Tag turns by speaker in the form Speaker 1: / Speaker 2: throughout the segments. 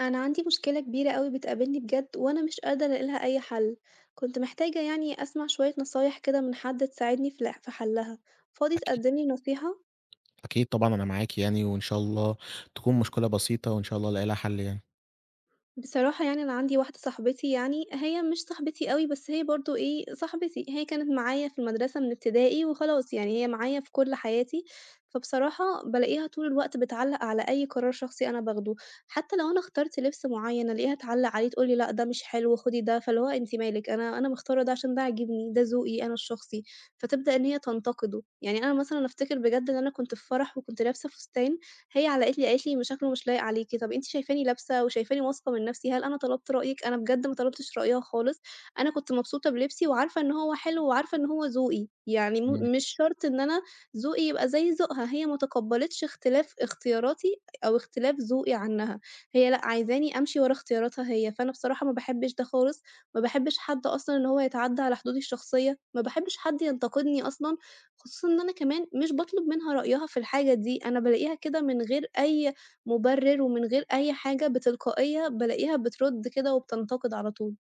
Speaker 1: أنا عندي مشكلة كبيرة أوي بتقابلني بجد وأنا مش قادرة ألاقي لها أي حل، كنت محتاجة يعني أسمع شوية نصايح كده من حد تساعدني في حلها، فاضي
Speaker 2: أكيد،
Speaker 1: تقدملي نصيحة؟
Speaker 2: أكيد طبعًا أنا معاكِ يعني، وإن شاء الله تكون مشكلة بسيطة وإن شاء الله ألاقي لها حل يعني.
Speaker 1: بصراحة يعني أنا عندي واحدة صاحبتي يعني، هي مش صاحبتي أوي، بس هي برضه إيه، صاحبتي، هي كانت معايا في المدرسة من ابتدائي وخلاص، يعني هي معايا في كل حياتي، فبصراحة بالاقيها طول الوقت بتعلّق على أي قرار شخصي أنا باخده، حتى لو أنا اخترت لبس معيّن ألاقيها تعلّق عليه تقول لي: "لأ ده مش حلو، خدي ده." فاللي هو أنتِ مالِك، أنا مختارة ده عشان ده عاجبني، ده ذوقي أنا الشخصي، فتبدأ إن هي تنتقده، يعني أنا مثلًا أفتكر بجد إن أنا كنت في فرح وكنت لابسة فستان هي علّقِت لي قالت لي: " شكله مش لايق عليكِ." طَب أنتِ شايفاني لابسة وشايفاني واثقة من نَفْسي، هل أنا طلبت رأيِك؟ أنا بجد ما طلبتش رأيها خالص، أنا كنت مبسوطة بلبسي وعارفة إن هو حلو وعارفة إن هو ذوقي، يعني
Speaker 2: إمم.
Speaker 1: مش شرط إن أنا ذوقي يبقى زي ذوقها، هي ما تقبّلتش اختلاف اختياراتي أو اختلاف ذوقي عنّها، هي لأ عايزاني أمشي ورا اختياراتها هي، فأنا بصراحة ما باحبّش ده خالص، ما باحبّش حد أصلًا إن هو يتعدّى على حدودي الشخصية، ما باحبّش حد ينتقدني أصلًا خصوصًا إن أنا كمان مش باطلب منها رأيها في الحاجة دي، أنا بالاقيها كده من غير أي مُبرِّر ومن غير أي حاجة بتلقائية بالاقيها بترُد كده وبتنتقد على طول.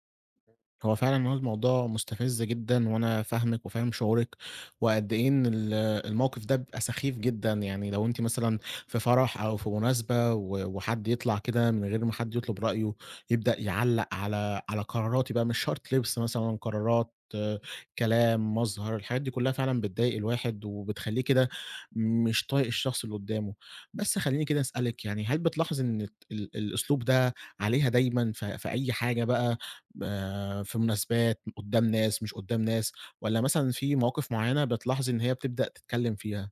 Speaker 2: هو فعلًا الموضوع مستفز جدًا، وأنا فاهمِك وفاهم شعورِك. وقد إيه إن الموقف ده بيبقى سخيف جدًا؟ يعني لو أنتِ مثلًا في فرح أو في مناسبة وحد يطلع كده من غير ما حد يطلب رأيه، يبدأ يعلّق على قراراتي، بقى مش شرط لبس مثلًا، قرارات، آه، كلام، مظهر. الحاجات دي كلها فعلًا بتضايق الواحد وبتخلّيه كده مش طايق الشخص اللي قدامه. بس خلّيني كده أسألِك، يعني هل بتلاحظي إن الت ال الأسلوب ده عليها دايمًا في أي حاجة بقى، في مناسبات، قدّام ناس، مش قدّام ناس، والّا مثلًا في مواقف معيّنة بتلاحظي إن هي بتبدأ تتكلّم فيها؟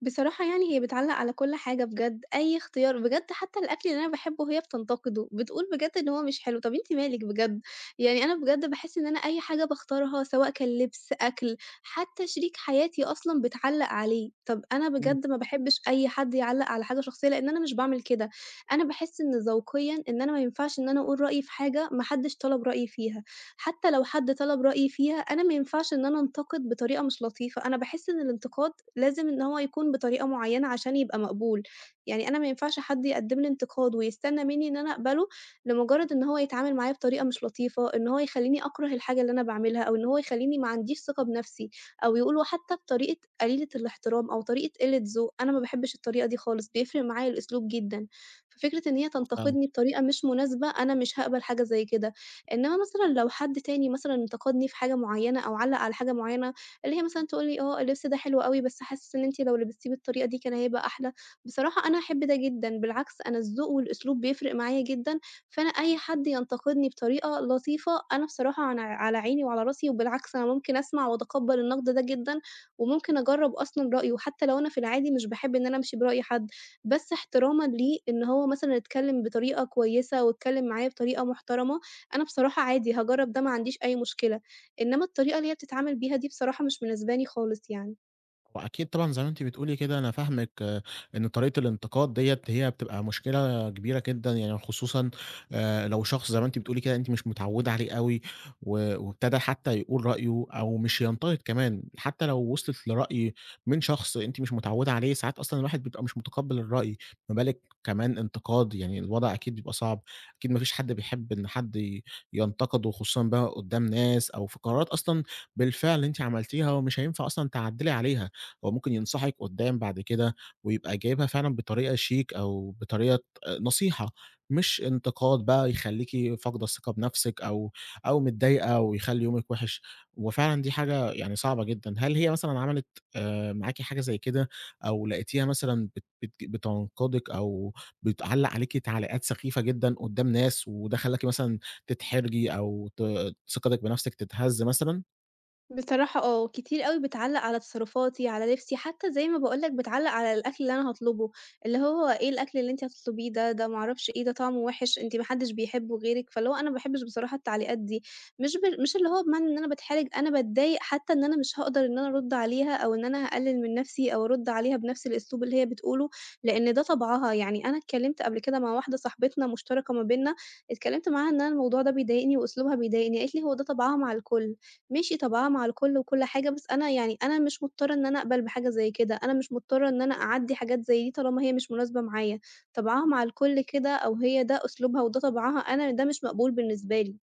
Speaker 1: بصراحة يعني هي بتعلّق على كل حاجة بجد، أي اختيار بجد حتى الأكل اللي أنا باحبه هي بتنتقده، بتقول بجد إن هو مش حلو، طَب أنتِ مالِك بجد؟ يعني أنا بجد باحس إن أنا أي حاجة باختارها سواء كان لبس، أكل، حتى شريك حياتي أصلًا بتعلّق عليه، طَب أنا
Speaker 2: إمم.
Speaker 1: بجد ما باحبش أي حد يعلّق على حاجة شخصية لإن أنا مش باعمل كده، أنا باحس إن ذوقيًا إن أنا ما ينفعش إن أنا أقول رأيي في حاجة ما حدش طلب رأيي فيها. حتى لو حد طلب رأيي فيها، أنا ما ينفعش إن أنا أنتقد بطريقة مش لطيفة، أنا باحس إن الانتقاد لازم إن هو يكون بطريقة معيّنة عشان يبقى مقبول، يعني أنا ما ينفعش حد يقدّم لي انتقاد ويستنى منّي إن أنا أقبله لمجرد إن هو يتعامل معايا بطريقة مش لطيفة، إن هو يخلّيني أكره الحاجة اللي أنا باعملها، أو إن هو يخلّيني ما عنديش ثقة بنفسي، أو يقولوا حتى بطريقة قليلة الاحترام أو طريقة قلة ذوق، أنا ما باحبش الطريقة دي خالص، بيفرق معايا الأسلوب جدًا، ففكرة إن هي تنتقدني بطريقة مش مناسبة، أنا مش هاقبل حاجة زي كده. إنما مثلًا لو حد تاني مثلًا انتقدني في حاجة معيّنة أو علّق على حاجة معيّنة، اللي هي مثلًا تقول لي: "آه، اللبس ده حلو أوي، بس حاسس إن أنتِ لو لبستيه بالطريقة دي كان هيبقى أحلى." بصراحة أنا أحب ده جدًا، بالعكس أنا الذوق والأسلوب بيفرق معايا جدًا، فأنا أي حد ينتقدني بطريقة لطيفة، أنا بصراحة أنا على عيني وعلى راسي، وبالعكس أنا ممكن أسمع وأتقبّل النقد ده جدًا، وممكن أجرّب أصلًا رأيه، حتى لو أنا في العادي مش باحب إن أنا أمشي برأي حد، بس احترامًا ليه إن هو مثلًا اتكلّم بطريقة كويسة واتكلّم معايا بطريقة محترمة. أنا بصراحة عادي هاجرّب ده ما عنديش أي مشكلة، إنّما الطريقة اللي هي بتتعامل بيها دي بصراحة مش مناسباني خالص يعني.
Speaker 2: هو أكيد طبعًا زي ما أنتِ بتقولي كده أنا فاهمِك آه، إن طريقة الانتقاد ديّة هي بتبقى مشكلة كبيرة جدًا. يعني خصوصًا لو شخص زي ما أنتِ بتقولي كده أنتِ مش متعودة عليه أوي وابتدى حتى يقول رأيه أو مش ينتقد كمان. حتى لو وصلت لرأي من شخص أنتِ مش متعودة عليه، ساعات أصلًا الواحد بيبقى مش متقبل الرأي، ما بالِك كمان انتقاد؟ يعني الوضع أكيد بيبقى صعب. أكيد ما فيش حد بيحب إن حد ينتقده، خصوصًا بقى قدّام ناس أو في قرارات أصلًا بالفعل أنتِ عملتيها ومش هينفع أصلًا تعدّلي عليها. هو ممكن ينصحِك قدّام بعد كده، ويبقى جايبها فعلًا بطريقة شيك أو بطريقة نصيحة، مش انتقاد بقى يخلّيكِ فاقدة الثقة بنفسِك، أو متضايقة ويخلّي يومِك وِحِش. وفعلًا دي حاجة يعني صعبة جدًا. هل هي مثلًا عملت معاكِ حاجة زي كده، أو لقيتيها مثلًا بت بت بتنقدِك، أو بتعلّق عليكِ تعليقات سخيفة جدًا قدّام ناس وده خلّاكِ مثلًا تتحرجي أو ثقتِك بنفسِك تتهز مثلًا؟
Speaker 1: بصراحة آه، كتير أوي بتعلّق على تصرفاتي، على لبسي، حتى زي ما باقول لك بتعلّق على الأكل اللي أنا هاطلبه، اللي هو إيه الأكل اللي أنتِ هتطلبيه ده، ده ما أعرفش إيه، ده طعمه وِحِش، أنتِ ما حدش بيحبه غيرِك، فاللي هو أنا ما باحبش بصراحة التعليقات دي، مش اللي هو بمعنى إن أنا باتحرج، أنا باتضايق حتى إن أنا مش هاقدر إن أنا أرُد عليها، أو إن أنا هاقلل من نفسي أو أرُد عليها بنفس الأسلوب اللي هي بتقوله، لإن ده طبعها، يعني أنا اتكلمت قبل كده مع واحدة صاحبتنا مشتركة ما بيننا، اتكلمت معاها إن أنا الموضوع ده بيضايقني وأسلوبها بيضايقني، قالت لي: "هو ده طبعها مع الكل." ماشي طبعًا مع الكل وكل حاجة، بس أنا يعني أنا مش مضطرة إن أنا أقبل بحاجة زي كده، أنا مش مضطرة إن أنا أعدّي حاجات زي دي طالما هي مش مناسبة معايا، طبعها مع الكل كده أو هي ده أسلوبها وده طبعها، أنا ده مش مقبول بالنسبة لي.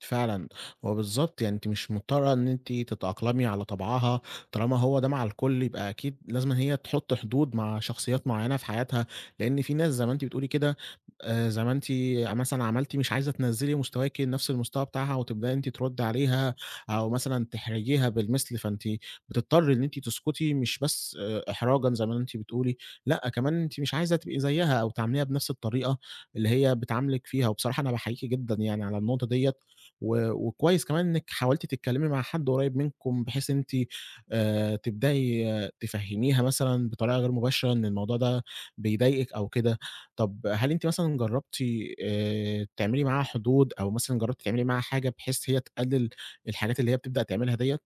Speaker 2: فعلًا، هو بالضبط. يعني أنتِ مش مضطرة إن أنتِ تتأقلمي على طبعها، طالما هو ده مع الكل يبقى أكيد لازمًا هي تحط حدود مع شخصيات معيّنة في حياتها. لإن في ناس زي ما أنتِ بتقولي كده، زي ما أنتِ مثلًا عملتِ، مش عايزة تنزّلي مستواكِ لنفس المستوى بتاعها وتبدئي أنتِ تردّي عليها أو مثلًا تحرجيها بالمثل. فأنتِ بتضطري إن أنتِ تسكتي، مش بس إحراجًا زي ما أنتِ بتقولي، لأ كمان أنتِ مش عايزة تبقي زيها أو تعامليها بنفس الطريقة اللي هي بتعاملِك فيها. وبصراحة أنا باحييكِ جدًا يعني على النقطة ديّة، وكويس كمان إنِّك حاولتِ تتكلّمي مع حد قريّب منكم، بحيث أنتِ تبدئي تفهّميها مثلًا بطريقة غير مباشرة إن الموضوع ده بيضايقِك أو كده. طَب هل أنتِ مثلًا جرّبتِ تعملي معاها حدود، أو مثلًا جرّبتِ تعملي معاها حاجة بحيث هي تقلِّل الحاجات اللي هي بتبدأ تعملها ديّة؟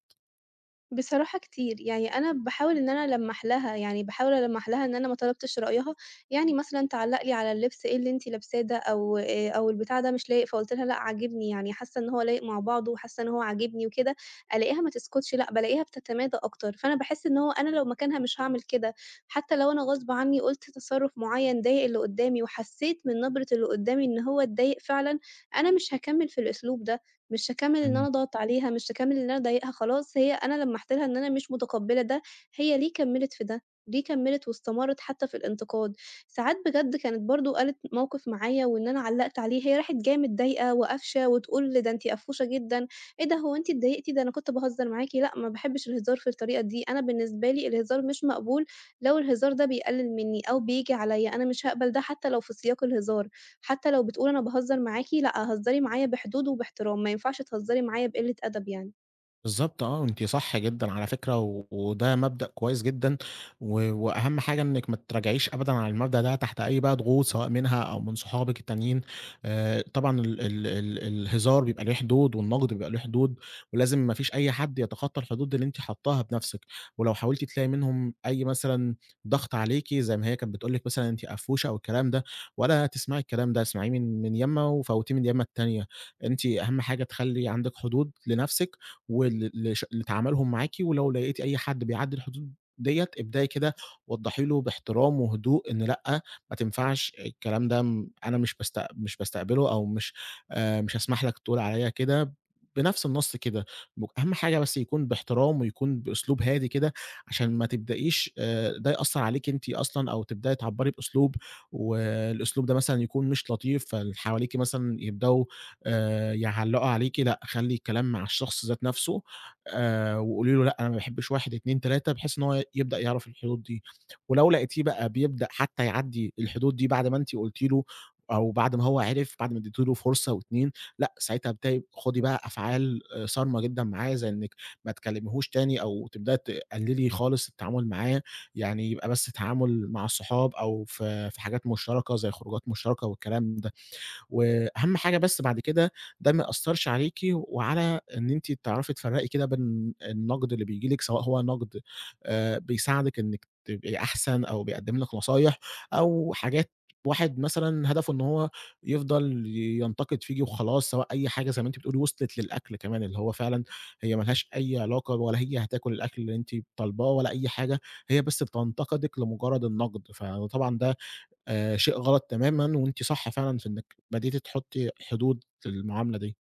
Speaker 1: بصراحة كتير، يعني أنا باحاول إن أنا ألمّح لها، يعني باحاول ألمّح لها إن أنا ما طلبتش رأيها، يعني مثلًا تعلّق لي على اللبس إيه اللي أنتِ لابساه ده أو أو البتاع ده مش لايق، فقُلت لها لأ عاجبني، يعني حاسة إن هو لايق مع بعضه وحاسة إن هو عاجبني وكده، ألاقيها ما تسكتش لأ، بالاقيها بتتمادى أكتر، فأنا باحس إن هو أنا لو مكانها مش هاعمل كده، حتى لو أنا غصب عنّي قُلت تصرُّف معيّن ضايق اللي قُدّامي وحسيت من نبرة اللي قُدّامي إن هو اتضايق فعلًا، أنا مش هاكمّل في الأسلوب ده، مش هاكمّل إن أنا أضغط عليها، مش هاكمّل إن أنا أضايقها، خلاص هي أنا لمّحت لها إن أنا مش متقبّلة ده، هي ليه كمّلت في ده؟ ليه كمّلت واستمرِّت حتى في الانتقاد؟ ساعات بجد كانت برضه قالت موقِف معايا وإن أنا علّقت عليه، هي راحت جاية متضايقة وقافشة وتقول ده أنتِ قفّوشة جدًا، إيه ده هو أنتِ اتضايقتِ؟ ده أنا كنت باهزّر معاكِ، لأ ما باحبّش الهزار في الطريقة دي، أنا بالنسبة لي الهزار مش مقبول لو الهزار ده بيقلِّل منّي أو بييجي عليّا، أنا مش هاقبل ده حتى لو في سياق الهزار. حتى لو بتقول أنا باهزر معاكِ، لأ هزّري معايا بحدود وباحترام، ما ينفعش تهزّري معايا بقلة أدب يعني.
Speaker 2: بالضبط آه، أنتِ صح جدًا على فكرة. وده مبدأ كويس جدًا، وأهم حاجة إنِّك ما تتراجعيش أبدًا عن المبدأ ده تحت أي بقى ضغوط، سواء منها أو من صحابِك التانيين. طبعًا ال ال ال الهزار بيبقى ليه حدود، والنقد بيبقى له حدود، ولازم ما فيش أي حد يتخطى الحدود اللي أنتِ حاطاها بنفسِك. ولو حاولتِ تلاقي منهم أي مثلًا ضغط عليكِ، زي ما هي كانت بتقول لِك مثلًا أنتِ قفوشة أو الكلام ده، ولا تسمعي الكلام ده، اسمعيه من يمة وفوتيه من اليمة التانية. أنتِ أهم حاجة تخلّي عندِك حدود لنفسِك وال ال ش اللي تعاملهم معاكِ. ولو لقيتِ أي حد بيعدّي الحدود ديّة، ابدئي كده وضّحي له باحترام وهدوء إن لأ، ما تنفعش. الكلام ده أنا مش باستقبله، أو مش هاسمح لك تقول عليّا كده، بنفس النَص كده. أهم حاجة بس يكون باحترام ويكون بأسلوب هادي كده، عشان ما تبدئيش ده يأثّر عليكِ أنتِ أصلًا، أو تبدئي تعبّري بأسلوب والأسلوب ده مثلًا يكون مش لطيف، فاللي حواليكِ مثلًا يبدؤوا يعلّقوا عليكِ. لأ، خلّي الكلام مع الشخص ذات نفسه، وقولي له لأ، أنا ما باحبش 1، 2، 3، بحيث إن هو يبدأ يعرف الحدود دي. ولو لقيتيه بقى بيبدأ حتى يعدّي الحدود دي بعد ما أنتِ قُلتِ له أو بعد ما هو عرف، بعد ما اديتِ له فرصة و2، لأ، ساعتها ابدئي خُدي بقى أفعال صارمة جدًا معاه، زي إنِّك ما تكلميهوش تاني أو تبدئي تقللي خالص التعامل معاه. يعني يبقى بس تعامل مع الصحاب أو في حاجات مشتركة زي خروجات مشتركة والكلام ده. وأهم حاجة بس بعد كده ده ما يأثّرش عليكِ، وعلى إن أنتِ تعرفي تفرّقي كده بين النقد اللي بييجي لِك، سواء هو نقد بيساعدِك إنِّك تبقي أحسن أو بيقدّم لِك نصايح أو حاجات، واحد مثلًا هدفه إن هو يفضل ينتقد فيكِ وخلاص. سواء أي حاجة زي ما أنتِ بتقولي وصلت للأكل كمان، اللي هو فعلًا هي ما لهاش أي علاقة، ولا هي هتاكل الأكل اللي أنتِ طالباه ولا أي حاجة، هي بس بتنتقدِك لمجرّد النقد. فطبعًا ده شيء غلط تمامًا، وأنتِ صح فعلًا في إنِّك بدأتِ تحُطّي حدود للمعاملة دي.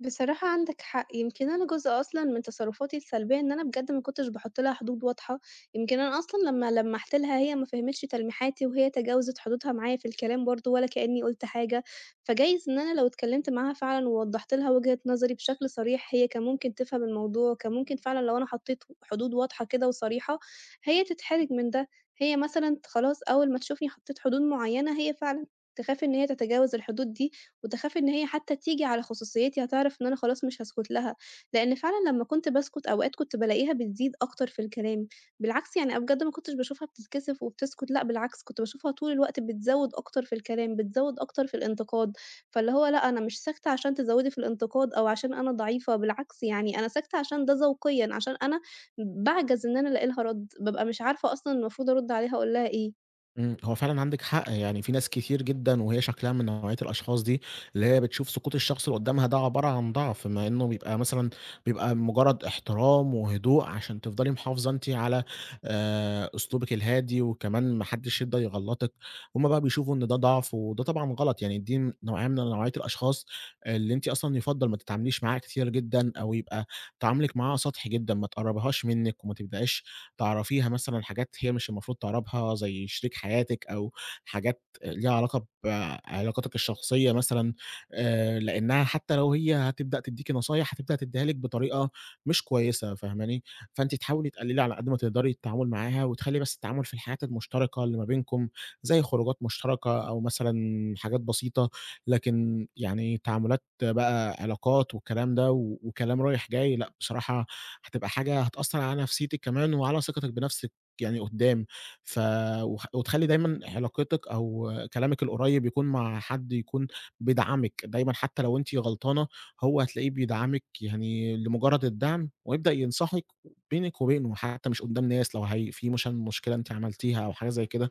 Speaker 1: بصراحة عندك حق، يمكن أنا جزء أصلًا من تصرفاتي السلبية إن أنا بجد ما كنتش باحط لها حدود واضحة، يمكن أنا أصلًا لمّا لمّحت لها هي ما فهمتش تلميحاتي، وهي تجاوزت حدودها معايا في الكلام برضه ولا كأني قُلت حاجة، فجايز إن أنا لو اتكلمت معاها فعلًا ووضحت لها وجهة نظري بشكل صريح، هي كان ممكن تفهم الموضوع، وكان ممكن فعلًا لو أنا حطيت حدود واضحة كده وصريحة، هي تتحرج من ده، هي مثلًا ت خلاص أول ما تشوفني حطيت حدود معينة هي فعلًا تخاف إن هي تتجاوز الحدود دي. وتخاف إن هي حتى تيجي على خصوصيتي، هتعرف إن أنا خلاص مش هاسكت لها، لإن فعلًا لمّا كنت باسكت أوقات كنت بالاقيها بتزيد أكتر في الكلام، بالعكس يعني أنا بجد ما كنتش باشوفها بتتكسف وبتسكت، لأ بالعكس كنت باشوفها طول الوقت بتزوّد أكتر في الكلام، بتزوّد أكتر في الانتقاد، فاللي هو لأ أنا مش ساكتة عشان تزوّدي في الانتقاد أو عشان أنا ضعيفة، بالعكس يعني أنا ساكتة عشان ده ذوقيًا، عشان أنا باعجز إن أنا ألاقي لها رَد، بابقى مش عارفة أصلًا المفروض أرُد عليها أقول لها إيه.
Speaker 2: إمم، هو فعلًا عندِك حق. يعني في ناس كتير جدًا وهي شكلها من نوعية الأشخاص دي، اللي هي بتشوف سقوط الشخص اللي قدّامها ده عبارة عن ضعف، مع إنه بيبقى مجرد احترام وهدوء عشان تفضلي محافظة أنتِ على أسلوبِك الهادي، وكمان ما حدش يقدر يغلطِك. هُم بقى بيشوفوا إن ده ضعف، وده طبعًا غلط. يعني دي م نوعية من نوعية الأشخاص اللي أنتِ أصلًا يُفضّل ما تتعامليش معاها كتير جدًا، أو يبقى تعاملِك معاها سطحي جدًا. ما تقرّبيهاش منِّك وما تبدأيش تعرفيها مثلًا حاجات هي مش المفروض تعرفها زي شريك حياتِك، أو حاجات ليها علاقة بعلاقاتِك الشخصية مثلًا. لإنها حتى لو هي هتبدأ تدّيكِ نصايح، هتبدأ تدّيها لِك بطريقة مش كويسة، فاهماني؟ فأنتِ تحاولي تقللي على قد ما تقدري التعامل معاها، وتخلّي بس التعامل في الحاجات المشتركة اللي ما بينكم، زي خروجات مشتركة أو مثلًا حاجات بسيطة. لكن يعني تعاملات بقى علاقات والكلام ده وكلام رايح جاي لأ، بصراحة هتبقى حاجة هتأثّر على نفسيتِك كمان وعلى ثقتِك بنفسِك يعني قدّام. ف وخ وتخلّي دايمًا علاقتِك أو كلامِك القريب يكون مع حد يكون بيدعمِك دايمًا. حتى لو أنتِ غلطانة هو هتلاقيه بيدعمِك يعني لمجرد الدعم، ويبدأ ينصحِك بينِك وبينه حتى مش قدّام ناس. لو هي في مشكلة أنتِ عملتيها أو حاجة زي كده،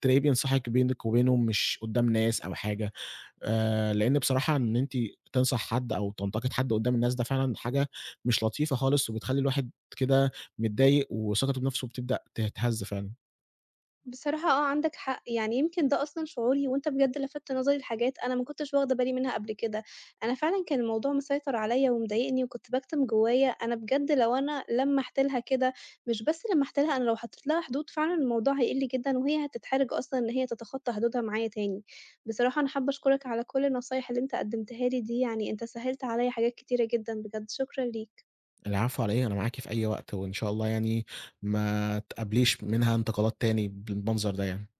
Speaker 2: تلاقيه بينصحِك بينِك وبينه مش قدّام ناس أو حاجة. لإن بصراحة إن أنتِ تنصح حد أو تنتقد حد قدّام الناس ده فعلًا حاجة مش لطيفة خالص، وبتخلّي الواحد كده متضايق وثقته بنفسه بتبدأ تتهز فعلًا.
Speaker 1: بصراحة آه، عندك حق، يعني يمكن ده أصلًا شعوري وأنت بجد لَفَتت نظري لحاجات أنا ما كنتش واخدة بالي منها قبل كده، أنا فعلًا كان الموضوع مسيطر عليَّ ومضايقني وكنت باكتم جوايا، أنا بجد لو أنا لمّحت لها كده مش بس لمّحت لها أنا لو حطيت لها حدود فعلًا الموضوع هيقل جدًا وهي هتتحرج أصلًا إن هي تتخطى حدودها معايا تاني، بصراحة أنا حابة أشكرك على كل النصايح اللي أنت قدمتها لي دي، يعني أنت سهّلت عليَّ حاجات كتيرة جدًا بجد، شكرًا ليك.
Speaker 2: العفو على إيه، أنا معاكِ في أي وقت، وإن شاء الله يعني ما تقابليش منها انتقادات تاني بالمنظر ده يعني.